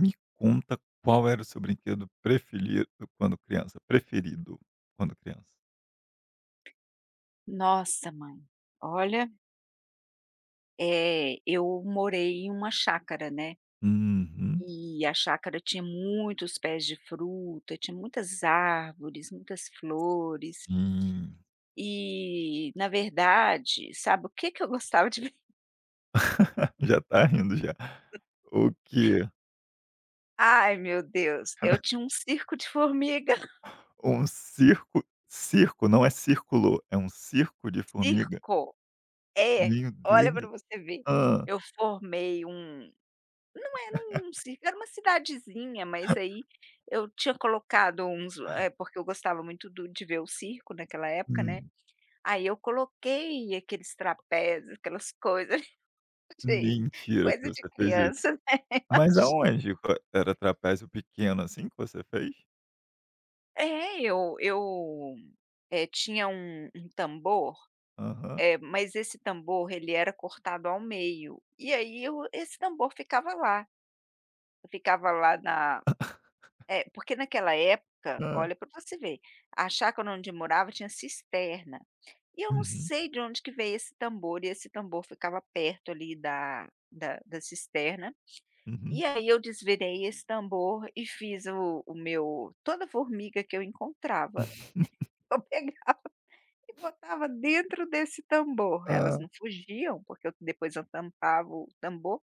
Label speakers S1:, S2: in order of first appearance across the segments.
S1: Me conta qual era o seu brinquedo preferido quando criança. Preferido quando criança.
S2: Nossa, mãe, olha, eu morei em uma chácara, né,
S1: Uhum.
S2: e a chácara tinha muitos pés de fruta, tinha muitas árvores, muitas flores.
S1: Hum.
S2: E na verdade, sabe o que que eu gostava de ver?
S1: Já tá rindo já. O quê?
S2: Ai, meu Deus, eu tinha um circo de formiga,
S1: Um circo circo, não é círculo, é um circo de formiga.
S2: circo, é,
S1: Meu
S2: olha para
S1: Deus.
S2: você ver,
S1: Hã.
S2: eu formei um É, num ci era uma cidadezinha, mas aí eu tinha colocado porque eu gostava muito do de ver o circo naquela época, né.
S1: Hum.
S2: Aí eu coloquei aqueles trapézios, aquelas coisas, gente,
S1: Mentira que
S2: coisa de
S1: você fez isso.
S2: criança, né,
S1: Mas
S2: imagina.
S1: aonde? Qua era trapézio pequeno, assim, que você fez?
S2: É, eu tinha um tambor.
S1: Aham.
S2: Mas esse tambor ele era cortado ao meio, e aí eu esse tambor ficava lá, ficava lá na porque naquela época,
S1: Hã.
S2: olha para você ver, a chácara onde eu morava tinha cisterna, e eu não
S1: Uhum,
S2: sei de onde que veio esse tambor, e esse tambor ficava perto ali da cisterna.
S1: uhum.
S2: E aí eu desvirei esse tambor e fiz o meu toda formiga que eu encontrava, eu pegava e botava dentro desse tambor, elas
S1: Hã.
S2: não fugiam, porque eu depois eu tampava o tambor,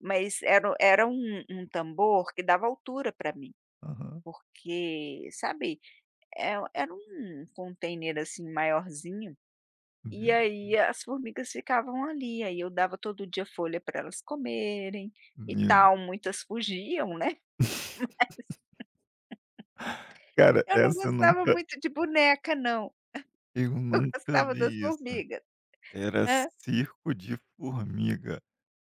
S2: mas era um tambor que dava altura para mim,
S1: Aham.
S2: porque sabe era um container, assim, maiorzinho. E
S1: Meu
S2: aí as formigas ficavam ali, aí eu dava todo dia folha para elas comerem e
S1: meu
S2: tal, muitas fugiam, né.
S1: Cara,
S2: Eu não
S1: essa eu
S2: gostava
S1: nunca
S2: muito de boneca não,
S1: eu
S2: eu
S1: nunca
S2: gostava das
S1: vi isso.
S2: formigas.
S1: Era
S2: Hã.
S1: circo de formiga.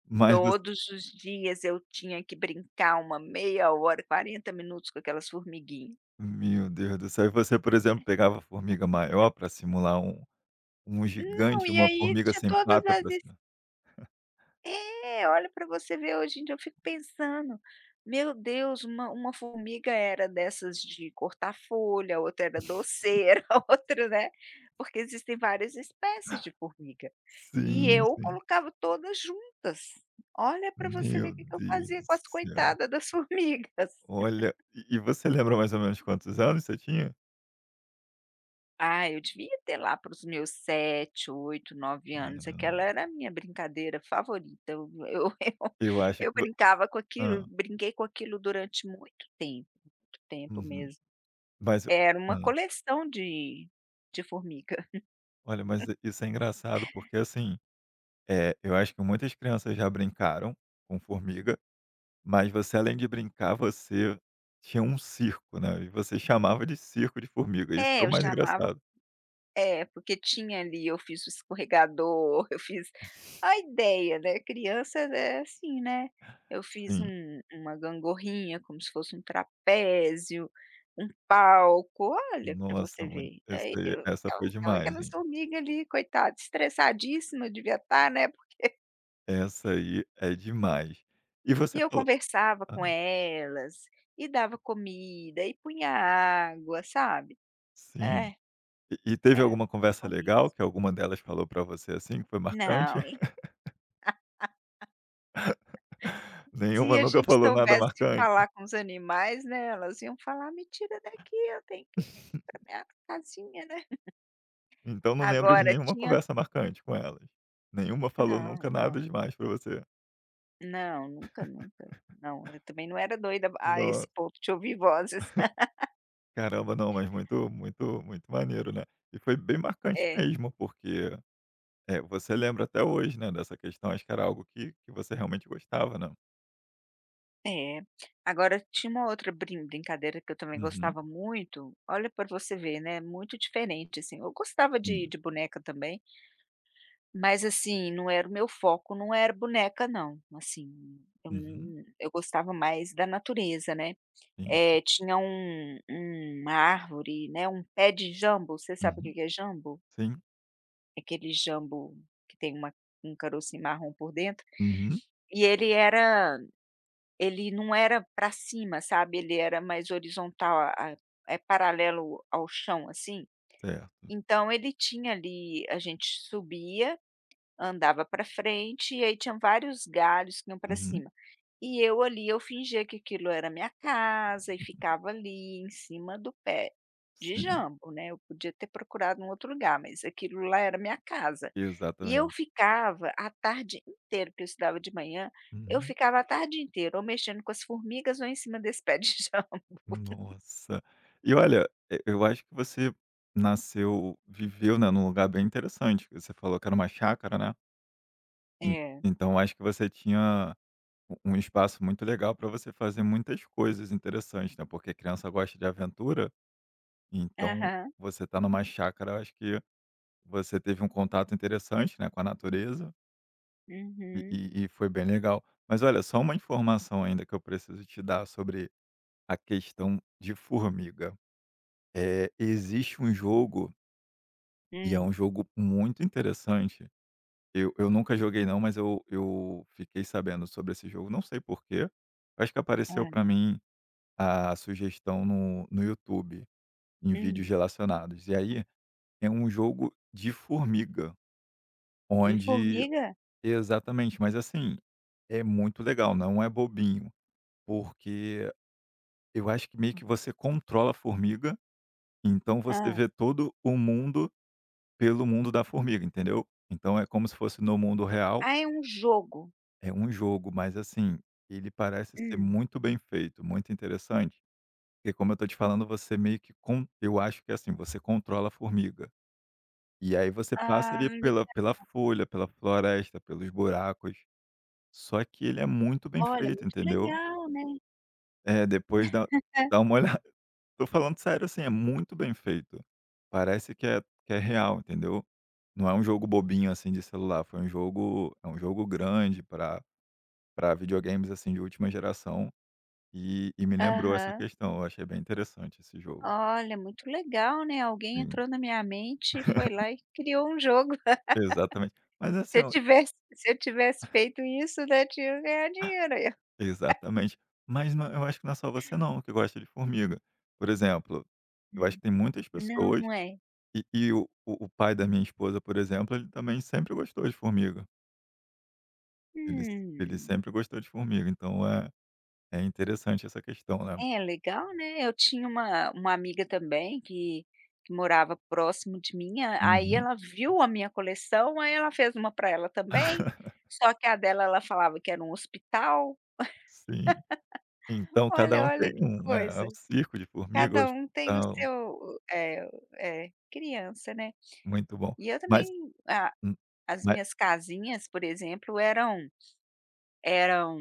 S1: Mas você
S2: Todos os dias eu tinha que brincar uma meia hora, 40 minutos com aquelas formiguinhas.
S1: Meu Deus do céu. E você, por exemplo, pegava formiga maior para simular um
S2: Não,
S1: gigante,
S2: e
S1: uma
S2: aí
S1: formiga
S2: tinha
S1: sem
S2: todas
S1: pata
S2: as
S1: para cima.
S2: É, olha para você ver, hoje em dia eu fico pensando: "Meu Deus, uma formiga era dessas de cortar folha, outra era doceira, outra, né", porque existem várias espécies de formiga. E
S1: Sim,
S2: eu
S1: sim.
S2: colocava todas juntas. Olha para você ver
S1: Meu
S2: o que que eu
S1: Deus
S2: fazia
S1: do
S2: com as
S1: céu.
S2: coitadas das formigas.
S1: Olha, e você lembra mais ou menos quantos anos você tinha?
S2: Ah, eu devia ter lá para os meus 7, 8, 9 anos,
S1: Caramba.
S2: aquela era a minha brincadeira favorita, eu eu
S1: Eu acho
S2: eu
S1: que vo
S2: brincava com aquilo,
S1: hã.
S2: brinquei com aquilo durante muito tempo
S1: Uhum.
S2: mesmo.
S1: Mas eu
S2: Era uma
S1: hã.
S2: coleção de formiga.
S1: Olha, mas isso é engraçado, porque assim. É, eu acho que muitas crianças já brincaram com formiga, mas você além de brincar, você tinha um circo, né, e você chamava de circo de formiga, isso que
S2: É,
S1: é o mais engraçado.
S2: Porque tinha ali, eu fiz o escorregador, eu fiz a ideia, né, criança é assim, né, eu fiz
S1: Sim,
S2: uma gangorrinha como se fosse um trapézio, um palco, olha para
S1: nossa,
S2: você
S1: muito
S2: ver.
S1: essa
S2: Aí
S1: aí
S2: eu
S1: essa foi
S2: então estava
S1: demais,
S2: aquelas
S1: hein.
S2: formiga ali coitada estressadíssima devia estar, né,
S1: Essa aí é demais. E
S2: e
S1: você
S2: eu
S1: falou
S2: conversava com
S1: Hã,
S2: elas, e dava comida, e punha água, sabe.
S1: sim.
S2: É,
S1: E teve
S2: é,
S1: alguma
S2: as
S1: conversa legal
S2: formigas.
S1: que alguma delas falou pra você, assim, que foi marcante?
S2: Não. Se
S1: Nenhuma
S2: a
S1: nunca
S2: gente
S1: falou nada
S2: soubesse
S1: marcante?
S2: falar com os animais, né, elas iam falar: "Me tira daqui, eu tenho que ir pra minha casinha", né.
S1: Então não lembra de
S2: Agora
S1: nenhuma
S2: tinha
S1: conversa marcante com elas? Nenhuma falou
S2: Não,
S1: nunca nada
S2: não,
S1: demais pra você?
S2: não, nunca, nunca. Não, eu também não era doida a
S1: No
S2: esse ponto de ouvir vozes.
S1: Caramba, não, mas muito muito muito maneiro, né. E foi bem marcante
S2: É,
S1: mesmo, porque, você lembra até hoje, né, dessa questão, acho que era algo que você realmente gostava, né?
S2: é. Agora tinha uma outra brincadeira que eu também
S1: Uhum,
S2: gostava muito, olha para você ver, né, muito diferente, assim. Eu gostava de
S1: sim.
S2: de boneca também. Mas assim, não era o meu foco, não era boneca não, assim, eu
S1: Uhum,
S2: não eu gostava mais da natureza, né.
S1: sim, sim.
S2: Tinha uma árvore, né, um pé de jambo, você sabe o que
S1: Uhum,
S2: que é jambo?
S1: sim.
S2: É aquele jambo que tem uma um carocinho marrom por dentro.
S1: Uhum,
S2: E ele não era para cima, sabe, ele era mais horizontal, a é paralelo ao chão, assim.
S1: certo.
S2: Então ele tinha ali, a gente subia. Andava para frente e aí tinham vários galhos que iam para
S1: Uhum,
S2: cima. E eu ali, eu fingia que aquilo era minha casa e ficava ali em cima do pé de
S1: sim,
S2: jambo, né. Eu podia ter procurado um outro lugar, mas aquilo lá era minha casa. E eu
S1: exatamente.
S2: ficava a tarde inteira, porque eu estudava de manhã. Eu
S1: Uhum.
S2: ficava a tarde inteira ou mexendo com as formigas ou em cima desse pé de jambo.
S1: Nossa. E olha, e eu acho que você nasceu viveu, né, num lugar bem interessante, que você falou que era uma chácara, né, en
S2: É.
S1: então acho que você tinha um espaço muito legal para você fazer muitas coisas interessantes, né, porque criança gosta de aventura, então
S2: Aham.
S1: você tá numa chácara, eu acho que você teve um contato interessante, né, com a natureza e
S2: Uhum.
S1: e e foi bem legal. Mas olha, só uma informação ainda que eu preciso te dar sobre a questão de formiga. Existe um jogo, e é um
S2: Hum.
S1: jogo muito interessante, eu nunca joguei não, mas eu fiquei sabendo sobre esse jogo, não sei porquê, acho que apareceu
S2: Hã.
S1: para mim a sugestão no YouTube, em vídeos
S2: Hum.
S1: relacionados. E aí, é um jogo de formiga,
S2: De
S1: onde
S2: formiga?
S1: exatamente, mas assim, é muito legal, não é bobinho, porque eu acho que meio que você controla a formiga, então você
S2: ah,
S1: vê todo o mundo pelo mundo da formiga, entendeu? Então é como se fosse no mundo real,
S2: Ah, é um jogo.
S1: é um jogo, mas assim, ele parece ser
S2: Hum.
S1: muito bem feito, muito interessante, porque como eu tô te falando, você meio que con eu acho que, é assim, você controla a formiga, e aí você passa
S2: Ah,
S1: ali
S2: le
S1: pela folha, pela floresta, pelos buracos, só que ele é muito bem
S2: Olha,
S1: feito,
S2: muito
S1: entendeu?
S2: legal, né.
S1: É, depois dá
S2: É.
S1: dá uma. Tô falando sério, assim, é muito bem feito. Parece que é real, entendeu. Não é um jogo bobinho, assim, de celular, foi um jogo é um jogo grande para videogames, assim, de última geração, e me lembrou essa
S2: Aham.
S1: questão, eu achei bem interessante esse jogo.
S2: Olha, muito legal, né, alguém
S1: Sim,
S2: entrou na minha mente e foi lá e criou um jogo.
S1: exatamente. Mas assim, ó.
S2: Se eu tivesse feito isso, né, tinha ganhado dinheiro aí.
S1: Exatamente. Mas não, eu acho que não é só você não que gosta de formiga. Por exemplo, eu acho
S2: Hum.
S1: que tem muitas
S2: Não,
S1: pessoas
S2: não é.
S1: e o pai da minha esposa, por exemplo, ele também sempre gostou de formiga. Ele ele
S2: Hum.
S1: sempre gostou de formiga, então é interessante essa questão, né.
S2: É, legal, né. Eu tinha uma amiga também que morava próximo de mim. A aí
S1: Uhum.
S2: ela viu a minha coleção, aí ela fez uma para ela também, só que a dela ela falava que era um hospital.
S1: Sim. Então cada
S2: Olha,
S1: um
S2: olha
S1: tem
S2: que
S1: um, é
S2: coisa.
S1: o circo de formiga, o
S2: Cada um tem o
S1: hospital,
S2: seu, é, é, criança, né.
S1: muito bom.
S2: E eu também
S1: Mas
S2: a
S1: hum,
S2: as
S1: mas
S2: minhas casinhas, por exemplo, eram eram,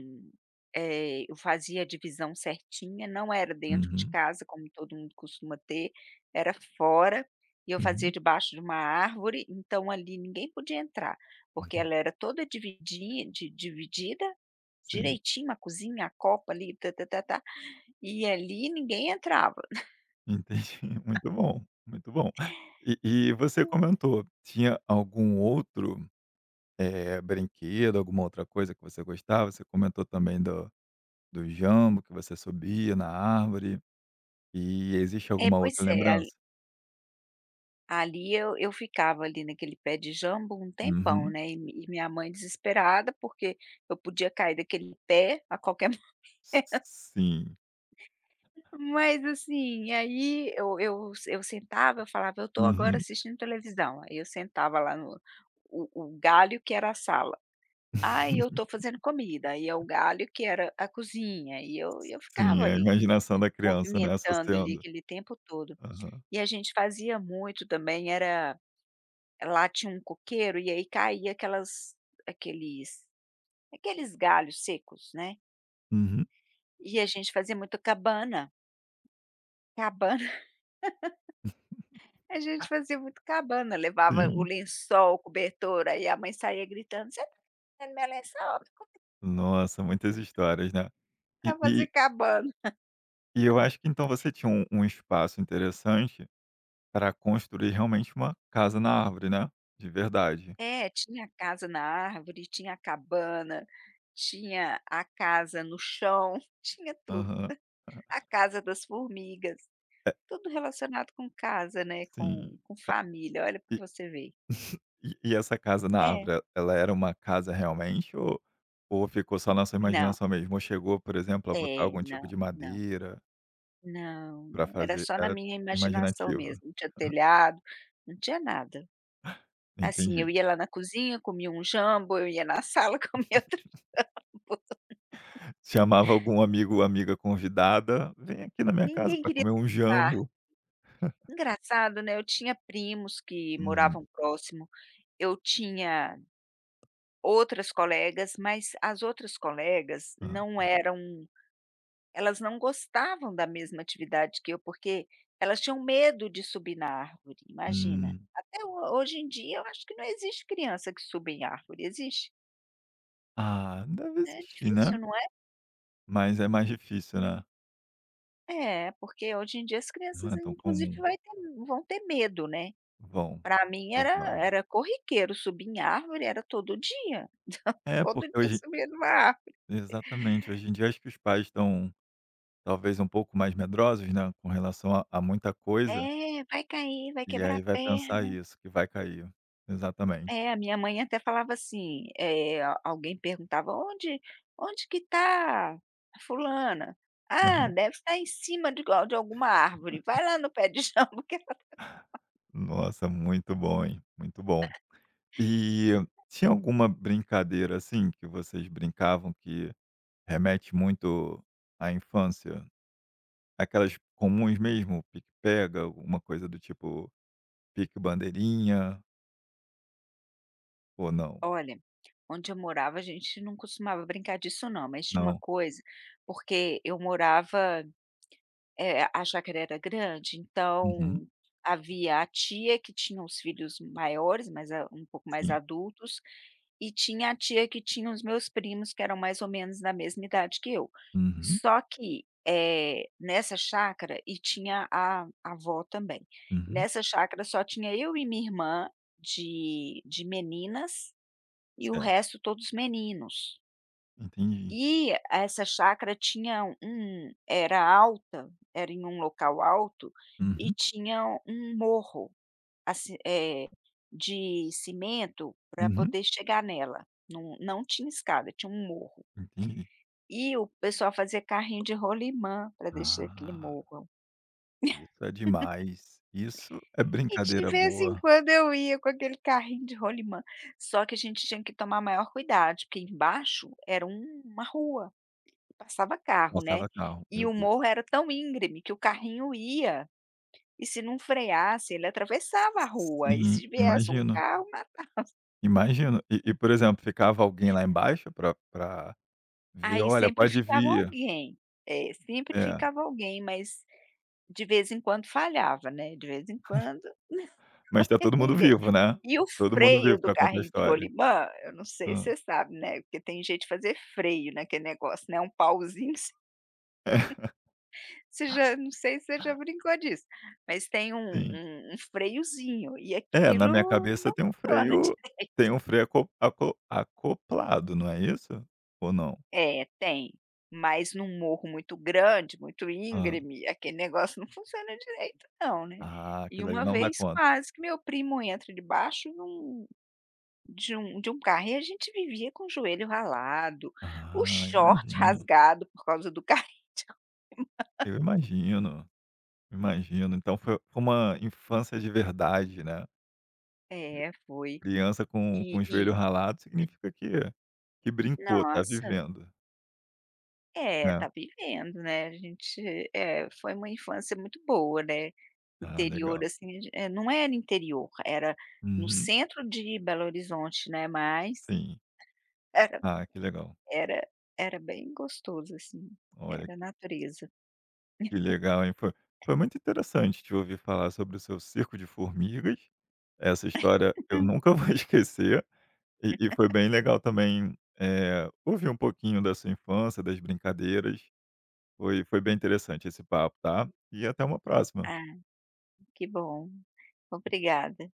S2: eh, eu fazia a divisão certinha, não era dentro de
S1: uhum,
S2: casa, como todo mundo costuma ter, era fora, e eu fazia
S1: uhum,
S2: debaixo de uma árvore, então ali ninguém podia entrar, porque
S1: uhum.
S2: ela era toda dividida
S1: Sim,
S2: direitinho, a cozinha, a copa ali, tá tá tá tá, e ali ninguém entrava.
S1: entendi. Muito bom, muito bom. E e você comentou, tinha algum outro, brinquedo, alguma outra coisa que você gostava? Você comentou também do jambo, que você subia na árvore. E existe
S2: É,
S1: alguma
S2: pois
S1: outra
S2: é.
S1: lembrança?
S2: Ali eu ficava ali naquele pé de jambo um tempão,
S1: Uhum.
S2: né, e mi e minha mãe desesperada, porque eu podia cair daquele pé a qualquer
S1: S
S2: momento.
S1: sim.
S2: Mas assim, aí eu sentava, eu falava: "Eu estou agora
S1: Uhum.
S2: assistindo televisão", aí eu sentava lá no o galho que era a sala. "Ai, eu estou fazendo comida", aí é o galho que era a cozinha, e eu
S1: Sim,
S2: ficava
S1: é a
S2: ali
S1: imaginação da criança, né,
S2: movimentando ali
S1: associando.
S2: aquele tempo todo.
S1: Aham.
S2: E a gente fazia muito também era Lá tinha um coqueiro e aí caía aquelas aqueles aqueles galhos secos, né.
S1: Uhum,
S2: E a gente fazia muito cabana, cabana, a gente fazia muito cabana, levava o
S1: sim.
S2: lençol, o cobertor, aí a mãe saía gritando: "Você tá vendo meu lençol?
S1: Nossa, muitas histórias, né. E
S2: Como vai fazer
S1: e
S2: cabana?".
S1: e eu acho que então você tinha um espaço interessante para construir realmente uma casa na árvore, né, de verdade.
S2: É, tinha casa na árvore, tinha cabana, tinha a casa no chão, tinha tudo.
S1: Aham.
S2: A casa das formigas,
S1: É,
S2: tudo relacionado com casa, né,
S1: sim.
S2: com família, olha pra você ver.
S1: E essa casa na
S2: É.
S1: árvore, ela era uma casa realmente ou ficou só na sua
S2: Não,
S1: imaginação mesmo? Ou chegou, por exemplo, a botar
S2: é,
S1: algum tipo
S2: não,
S1: de
S2: não,
S1: madeira
S2: não,
S1: para
S2: não, era
S1: fazer?
S2: só na
S1: Era
S2: minha imaginação
S1: imaginativa,
S2: mesmo, não tinha telhado, não tinha nada. Assim, eu
S1: entendi.
S2: ia lá na cozinha, comia um jambo, eu ia na sala, comia outro. Coisa.
S1: Chamava algum amigo ou amiga convidada: "Vem aqui na minha casa
S2: Ninguém
S1: para
S2: queria
S1: comer um
S2: ajudar.
S1: jambo".
S2: Engraçado, né, eu tinha primos que
S1: Uhum.
S2: moravam próximo, eu tinha outras colegas, mas as outras colegas
S1: Hã.
S2: não eram elas não gostavam da mesma atividade que eu, porque elas tinham medo de subir na árvore, imagina.
S1: Hum.
S2: Até ho hoje em dia eu acho que não existe criança que suba em árvore, existe?
S1: Ah, deve
S2: Né. É
S1: existir,
S2: difícil,
S1: né.
S2: não é?
S1: Mas é mais difícil, né.
S2: É, porque hoje em dia as
S1: Não
S2: crianças
S1: é tão
S2: inclusive
S1: comum.
S2: vai ter vão ter medo, né.
S1: Bom,
S2: Para mim era
S1: provável.
S2: era corriqueiro subir em árvore, era
S1: É,
S2: todo
S1: porque
S2: dia
S1: hoje.
S2: subia numa árvore.
S1: Exatamente, hoje em dia acho que os pais estão talvez um pouco mais medrosos, né, com relação a muita coisa,
S2: É, vai cair, vai
S1: e
S2: quebrar
S1: aí
S2: a
S1: vai pensar
S2: perna.
S1: isso, que vai cair. Exatamente.
S2: É, a minha mãe até falava assim, eh, a alguém perguntava: "Onde que está fulana?". "Ah,
S1: Aham.
S2: deve estar em cima de igual de alguma árvore, vai lá no pé de jambo que ela."
S1: Nossa, muito bom, hein, muito bom. E tinha alguma brincadeira, assim, que vocês brincavam que remete muito à infância? Aquelas comuns mesmo, pique-pega, alguma coisa do tipo pique-bandeirinha ou não?
S2: Olha, onde eu morava a gente não costumava brincar disso não, mas tinha uma
S1: Não?
S2: coisa, porque eu morava é, a chácara era grande,
S1: Uhum,
S2: então havia a tia que tinha os filhos maiores, mas a um pouco mais
S1: sim.
S2: adultos, e tinha a tia que tinha os meus primos, que eram mais ou menos da mesma idade que eu.
S1: Uhum,
S2: Só que, nessa chácara tinha a avó também.
S1: uhum,
S2: Nessa chácara só tinha eu e minha irmã de meninas e o
S1: certo,
S2: resto todos meninos.
S1: entendi.
S2: E essa chácara tinha um era alta, era em um local alto e
S1: Uhum,
S2: tinha um morro, assim, de cimento para
S1: uhum,
S2: poder chegar nela. Não, não tinha escada, tinha um morro.
S1: entendi.
S2: E o pessoal fazia carrinho de rolimã para descer aquele
S1: Ah,
S2: morro.
S1: isso é demais. Isso é
S2: E de
S1: brincadeira
S2: vez em
S1: boa.
S2: quando eu ia com aquele carrinho de rolimã, só que a gente tinha que tomar maior cuidado, porque embaixo era uma rua. Passava carro, né.
S1: Passava carro,
S2: E
S1: meu
S2: o
S1: Deus.
S2: morro era tão íngreme que o carrinho ia, e se não freasse, ele atravessava a rua, e
S1: Sim,
S2: se viesse um
S1: imagino,
S2: carro,
S1: imagino. E, por exemplo, ficava alguém lá embaixo pra ver:
S2: aí
S1: "Olha,
S2: sempre
S1: pode
S2: ficava
S1: vir".
S2: alguém. É, sempre
S1: É,
S2: ficava alguém, mas de vez em quando falhava, né, de vez em quando
S1: mas tá todo mundo
S2: ninguém.
S1: vivo, né.
S2: E o
S1: Todo mundo
S2: freio
S1: vivo
S2: do
S1: pra contar a
S2: carrinho de
S1: história.
S2: rolimã, eu não sei se
S1: Hã.
S2: você sabe, né, porque tem jeito de fazer freio naquele negócio, né, um pauzinho. Você já Não sei se você já brincou disso, mas tem um
S1: Sim.
S2: um freiozinho e
S1: É, na
S2: aquilo
S1: minha cabeça
S2: não
S1: tem um
S2: funciona
S1: freio
S2: direito.
S1: tem um freio acoplado, não é isso? Ou não?
S2: É, tem, mas num morro muito grande, muito
S1: Hã.
S2: íngreme, aquele negócio não funciona direito não, né.
S1: Ah,
S2: E
S1: aquilo ali
S2: uma
S1: não dá
S2: vez
S1: conta.
S2: quase que meu primo entra debaixo de um carro e a gente vivia com o joelho ralado, o
S1: Ah,
S2: short
S1: imagino.
S2: rasgado por causa do carro.
S1: Eu imagino, imagino. Então foi uma infância de verdade, né.
S2: É, foi.
S1: Criança com
S2: E
S1: o joelho
S2: e
S1: ralado significa que brincou, tá
S2: Nossa.
S1: vivendo,
S2: É,
S1: né.
S2: tá vivendo, né, a gente foi uma infância muito boa, né,
S1: Ah,
S2: interior
S1: legal.
S2: assim, não era interior, era no
S1: Uhum,
S2: centro de Belo Horizonte, né, mas
S1: sim.
S2: era
S1: Ah, que legal.
S2: era era bem gostoso, assim,
S1: Olha,
S2: era
S1: que
S2: natureza.
S1: que legal, hein. Foi muito interessante te ouvir falar sobre o seu circo de formigas. Essa história eu nunca vou esquecer e foi bem legal também, ouvir um pouquinho da sua infância, das brincadeiras. Foi bem interessante esse papo, tá? E até uma próxima.
S2: Ah, que bom, obrigada.